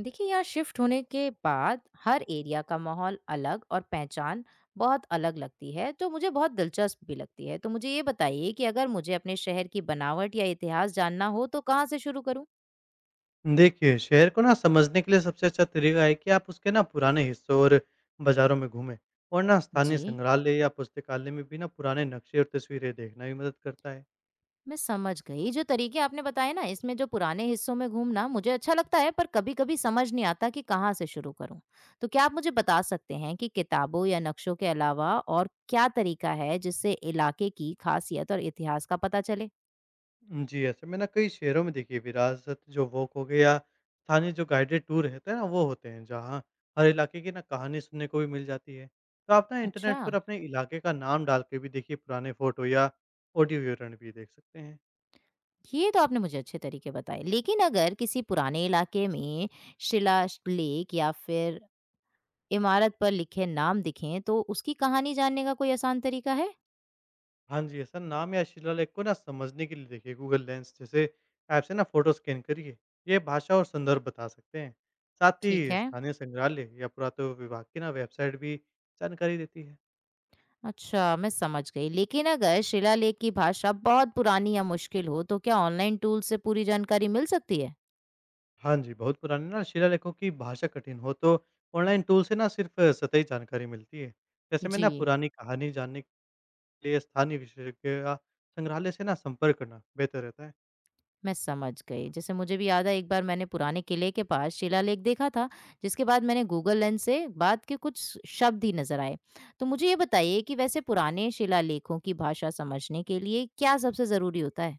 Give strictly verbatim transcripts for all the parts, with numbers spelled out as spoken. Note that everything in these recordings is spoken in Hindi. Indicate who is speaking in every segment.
Speaker 1: देखिए यहाँ शिफ्ट होने के बाद हर एरिया का माहौल अलग और पहचान बहुत अलग लगती है। तो मुझे बहुत दिलचस्प भी लगती है। तो मुझे ये बताइए कि अगर मुझे अपने शहर की बनावट या इतिहास जानना हो तो कहाँ से शुरू करूँ।
Speaker 2: देखिए, शहर को ना समझने के लिए सबसे अच्छा तरीका है कि आप उसके ना पुराने हिस्सों और बाज़ारों में घूमें। और ना स्थानीय
Speaker 1: जी,
Speaker 2: संग्रहालय या पुस्तकालय में भी ना पुराने नक्शे और तस्वीरें देखना भी मदद करता है।
Speaker 1: मैं समझ गई। जो तरीके आपने बताए ना, इसमें जो पुराने हिस्सों में घूमना मुझे अच्छा लगता है, पर कभी कभी समझ नहीं आता कि कहाँ से शुरू करूँ। तो क्या आप मुझे बता सकते हैं कि किताबों या नक्शों के अलावा और क्या तरीका है जिससे इलाके की खासियत और इतिहास का पता चले।
Speaker 2: जी, ऐसे में ना कई शहरों में देखिए विरासत जो वॉक हो गया या स्थानीय जो गाइडेड टूर रहते हैं ना, वो होते हैं, जहाँ हर इलाके की ना कहानी सुनने को भी मिल जाती है। तो आप ना
Speaker 1: अच्छा,
Speaker 2: इंटरनेट पर अपने इलाके का नाम डाल के भी देखिए पुराने फ़ोटो या ऑडियो विवरण भी देख सकते हैं।
Speaker 1: ये तो आपने मुझे अच्छे तरीके बताए। लेकिन अगर किसी पुराने इलाके में शिला श लेख या फिर इमारत पर लिखे नाम दिखें, तो उसकी कहानी जानने का कोई आसान तरीका है?
Speaker 2: हाँ जी, ऐसा नाम या शिलालेख को ना समझने के लिए देखिए गूगल लेंस जैसे ऐप से ना फोटो स्कैन करिए। ये भाषा और संदर्भ बता सकते हैं। साथ
Speaker 1: ठीक
Speaker 2: ही
Speaker 1: है।
Speaker 2: स्थानीय संग्रहालय या पुरातत्व विभाग की ना वेबसाइट भी जानकारी देती है।
Speaker 1: अच्छा, मैं समझ गई। लेकिन अगर शिलालेख की भाषा बहुत पुरानी या मुश्किल हो, तो क्या ऑनलाइन टूल से पूरी जानकारी मिल सकती है?
Speaker 2: हाँ जी, बहुत पुराने ना शिलालेखों की भाषा कठिन हो तो ऑनलाइन टूल से ना सिर्फ सतही जानकारी मिलती है। जैसे में
Speaker 1: जी,
Speaker 2: ना पुरानी कहानी जानने के लिए स्थानीय विशेषज्ञ या संग्रहालय से ना संपर्क करना बेहतर रहता है।
Speaker 1: मैं समझ गई। जैसे मुझे भी याद है, एक बार मैंने पुराने किले के पास शिलालेख देखा था, जिसके बाद मैंने गूगल लेंस से बाद के कुछ शब्द ही नज़र आए। तो मुझे ये बताइए कि वैसे पुराने शिलालेखों की भाषा समझने के लिए क्या सबसे ज़रूरी होता है?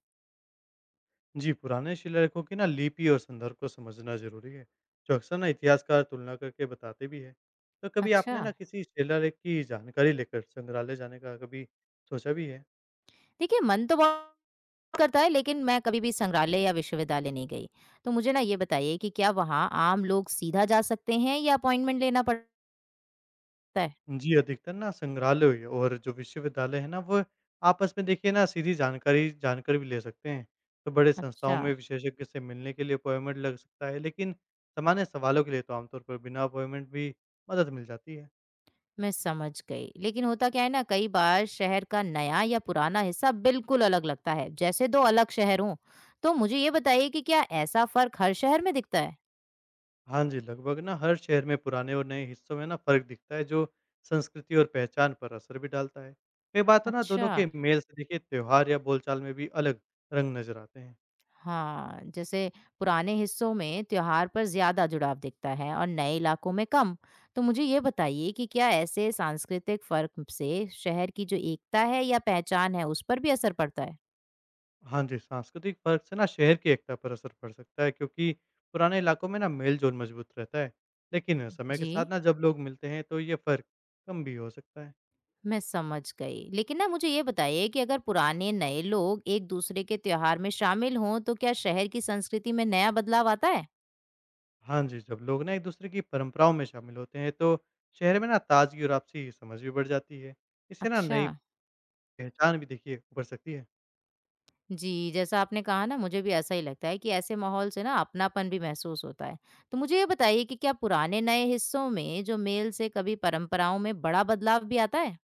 Speaker 2: जी, पुराने शिलालेखों की ना लिपि और संदर्भ को समझना ज़रूरी है, जो अक्सर ना इतिहासकार तुलना करके बताते भी हैं। तो कभी
Speaker 1: अच्छा,
Speaker 2: आपने ना किसी शिलालेख की जानकारी लेकर संग्रहालय जाने का कभी सोचा भी है?
Speaker 1: देखिए मन तो बहुत करता है, लेकिन मैं कभी भी संग्रहालय या विश्वविद्यालय नहीं गई। तो मुझे ना ये बताइए कि क्या वहाँ आम लोग सीधा जा सकते हैं या अपॉइंटमेंट लेना पड़ता है?
Speaker 2: जी, अधिकतर ना संग्रहालय और जो विश्वविद्यालय है ना, वो आपस में देखिए ना सीधी जानकारी जानकर भी ले सकते हैं। तो बड़े संस्थाओं
Speaker 1: अच्छा।
Speaker 2: में विशेषज्ञ से मिलने के लिए अपॉइंटमेंट लग सकता है, लेकिन सामान्य सवालों के लिए तो आमतौर पर बिना अपॉइंटमेंट भी मदद मिल जाती है।
Speaker 1: मैं समझ गई। लेकिन होता क्या है ना, कई बार शहर का नया या पुराना हिस्सा बिल्कुल अलग लगता है, जैसे दो अलग शहर हों। तो मुझे ये बताइए कि क्या ऐसा फर्क हर शहर में दिखता है?
Speaker 2: हाँ जी, लगभग ना हर शहर में पुराने और नए हिस्सों में ना फ़र्क दिखता है, जो संस्कृति और पहचान पर असर भी डालता है। कई बार तो ना
Speaker 1: अच्छा।
Speaker 2: दोनों के मेल से देखिए त्योहार या बोलचाल में भी अलग रंग नज़र आते हैं।
Speaker 1: हाँ, जैसे पुराने हिस्सों में त्योहार पर ज्यादा जुड़ाव दिखता है और नए इलाकों में कम। तो मुझे ये बताइए कि क्या ऐसे सांस्कृतिक फर्क से शहर की जो एकता है या पहचान है, उस पर भी असर पड़ता है?
Speaker 2: हाँ जी, सांस्कृतिक फ़र्क से ना शहर की एकता पर असर पड़ सकता है, क्योंकि पुराने इलाकों में ना मेल-जोल मजबूत रहता है। लेकिन समय के
Speaker 1: जी,
Speaker 2: साथ ना जब लोग मिलते हैं तो ये फ़र्क कम भी हो सकता है।
Speaker 1: मैं समझ गई। लेकिन ना मुझे ये बताइए कि अगर पुराने नए लोग एक दूसरे के त्योहार में शामिल हों, तो क्या शहर की संस्कृति में नया बदलाव आता है?
Speaker 2: हाँ जी, जब लोग ना एक-दूसरे की परंपराओं में शामिल होते हैं तो शहर में ना ताज़गी और आपसी समझ भी बढ़ जाती है। इससे ना
Speaker 1: अच्छा।
Speaker 2: नई पहचान भी देखिए उभर सकती है।
Speaker 1: जी, जैसा आपने कहा ना, मुझे भी ऐसा ही लगता है कि ऐसे माहौल से ना अपनापन भी महसूस होता है। तो मुझे ये बताइए कि क्या पुराने नए हिस्सों में जो मेल से कभी परंपराओं में बड़ा बदलाव भी आता है?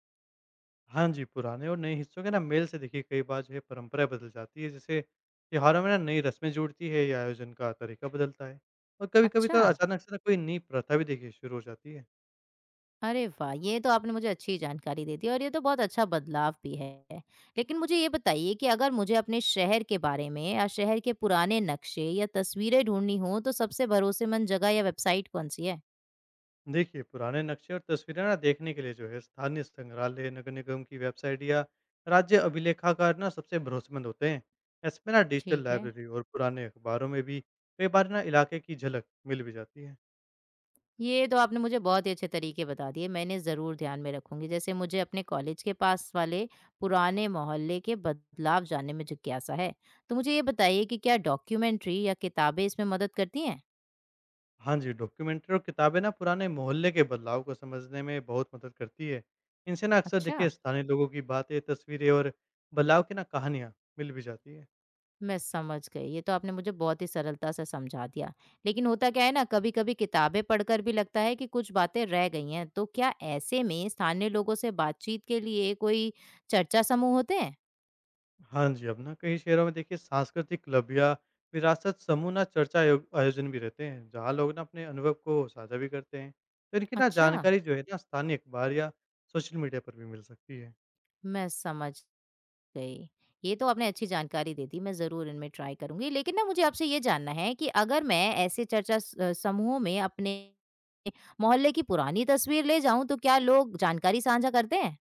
Speaker 2: हाँ जी, पुराने और नए हिस्सों के ना मेल से देखिए कई बार जो है परंपरा बदल जाती है। जैसे त्योहारों में ना नई रस्में जुड़ती है या आयोजन का तरीका बदलता है, और कभी-कभी
Speaker 1: अच्छा।
Speaker 2: तो अचानक से ना कोई नई प्रथा भी देखिए शुरू हो जाती है।
Speaker 1: अरे वाह! ये तो आपने मुझे अच्छी जानकारी दे दी और ये तो बहुत अच्छा बदलाव भी है। लेकिन मुझे ये बताइए कि अगर मुझे अपने शहर के बारे में या शहर के पुराने नक्शे या तस्वीरें ढूँढनी हों, तो सबसे भरोसेमंद जगह या वेबसाइट कौन-सी है?
Speaker 2: देखिए, पुराने नक्शे और तस्वीरें ना देखने के लिए जो है स्थानीय संग्रहालय, नगर निगम की वेबसाइट या राज्य अभिलेखागार ना सबसे भरोसेमंद होते हैं। इसमें ना डिजिटल
Speaker 1: ठीक है।
Speaker 2: लाइब्रेरी और पुराने अखबारों में भी कई बार ना इलाके की झलक मिल भी जाती है।
Speaker 1: ये तो आपने मुझे बहुत ही अच्छे तरीके बता दिए, मैं इन्हें ज़रूर ध्यान में रखूँगी। जैसे मुझे अपने कॉलेज के पास वाले पुराने मोहल्ले के बदलाव जानने में जिज्ञासा है। तो मुझे ये बताइए कि क्या डॉक्यूमेंट्री या किताबें इसमें मदद करती हैं?
Speaker 2: हाँ जी, डॉक्यूमेंट्री और किताबें ना पुराने मोहल्ले के बदलाव को समझने में बहुत मदद करती है। इनसे ना अक्सर
Speaker 1: अच्छा।
Speaker 2: देखिए स्थानीय लोगों की बातें, तस्वीरें और बदलाव की ना कहानियाँ मिल भी जाती है।
Speaker 1: मैं समझ गई। ये तो आपने मुझे बहुत ही सरलता से समझा दिया। लेकिन होता क्या है ना, कभी-कभी किताबें पढ़कर भी लगता है कि कुछ बातें रह गई हैं। तो क्या ऐसे में स्थानीय लोगों से बातचीत के लिए कोई चर्चा समूह होते हैं?
Speaker 2: हाँ जी, अब ना कई शहरों में देखिए सांस्कृतिक क्लब या विरासत समूह ना चर्चा आयो आयोजन भी रहते हैं, जहाँ लोग ना अपने अनुभव को साझा भी करते हैं। तो इनकी ना
Speaker 1: अच्छा,
Speaker 2: जानकारी जो है ना स्थानीय अखबार या सोशल मीडिया पर भी मिल सकती है।
Speaker 1: मैं समझ गई। ये तो आपने अच्छी जानकारी दे दी। मैं ज़रूर इनमें ट्राई करूँगी। लेकिन ना मुझे आपसे ये जानना है कि अगर मैं ऐसे चर्चा स अ, समूहों में अपने मोहल्ले की पुरानी तस्वीर ले जाऊँ, तो क्या लोग जानकारी साझा करते हैं?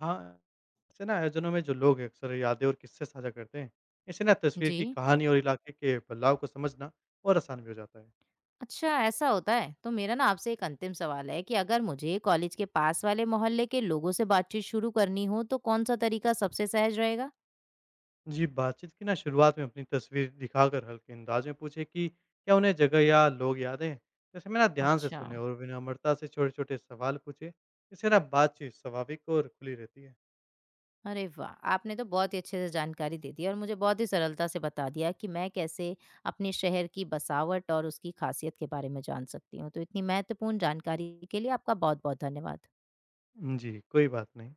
Speaker 2: हाँ से ना आयोजनों में जो लोग अक्सर यादें और किस्से साझा करते हैं। इससे ना तस्वीर
Speaker 1: जी।
Speaker 2: की कहानी और इलाके के बदलाव को समझना और आसान भी हो जाता है।
Speaker 1: अच्छा, ऐसा होता है तो मेरा ना आपसे एक अंतिम सवाल है कि अगर मुझे कॉलेज के पास वाले मोहल्ले के लोगों से बातचीत शुरू करनी हो, तो कौन सा तरीका सबसे सहज रहेगा?
Speaker 2: जी, बातचीत की ना शुरुआत में अपनी तस्वीर दिखाकर हल्के अंदाज में पूछे कि क्या उन्हें जगह या लोग याद हैं। जैसे मैं ना ध्यान से
Speaker 1: अच्छा।
Speaker 2: सुने और विनम्रता से छोटे छोटे सवाल पूछे। इससे ना बातचीत स्वाभाविक और खुली रहती है।
Speaker 1: अरे वाह! आपने तो बहुत ही अच्छे से जानकारी दे दी और मुझे बहुत ही सरलता से बता दिया कि मैं कैसे अपने शहर की बसावट और उसकी खासियत के बारे में जान सकती हूँ। तो इतनी महत्वपूर्ण जानकारी के लिए आपका बहुत बहुत धन्यवाद।
Speaker 2: जी, कोई बात नहीं।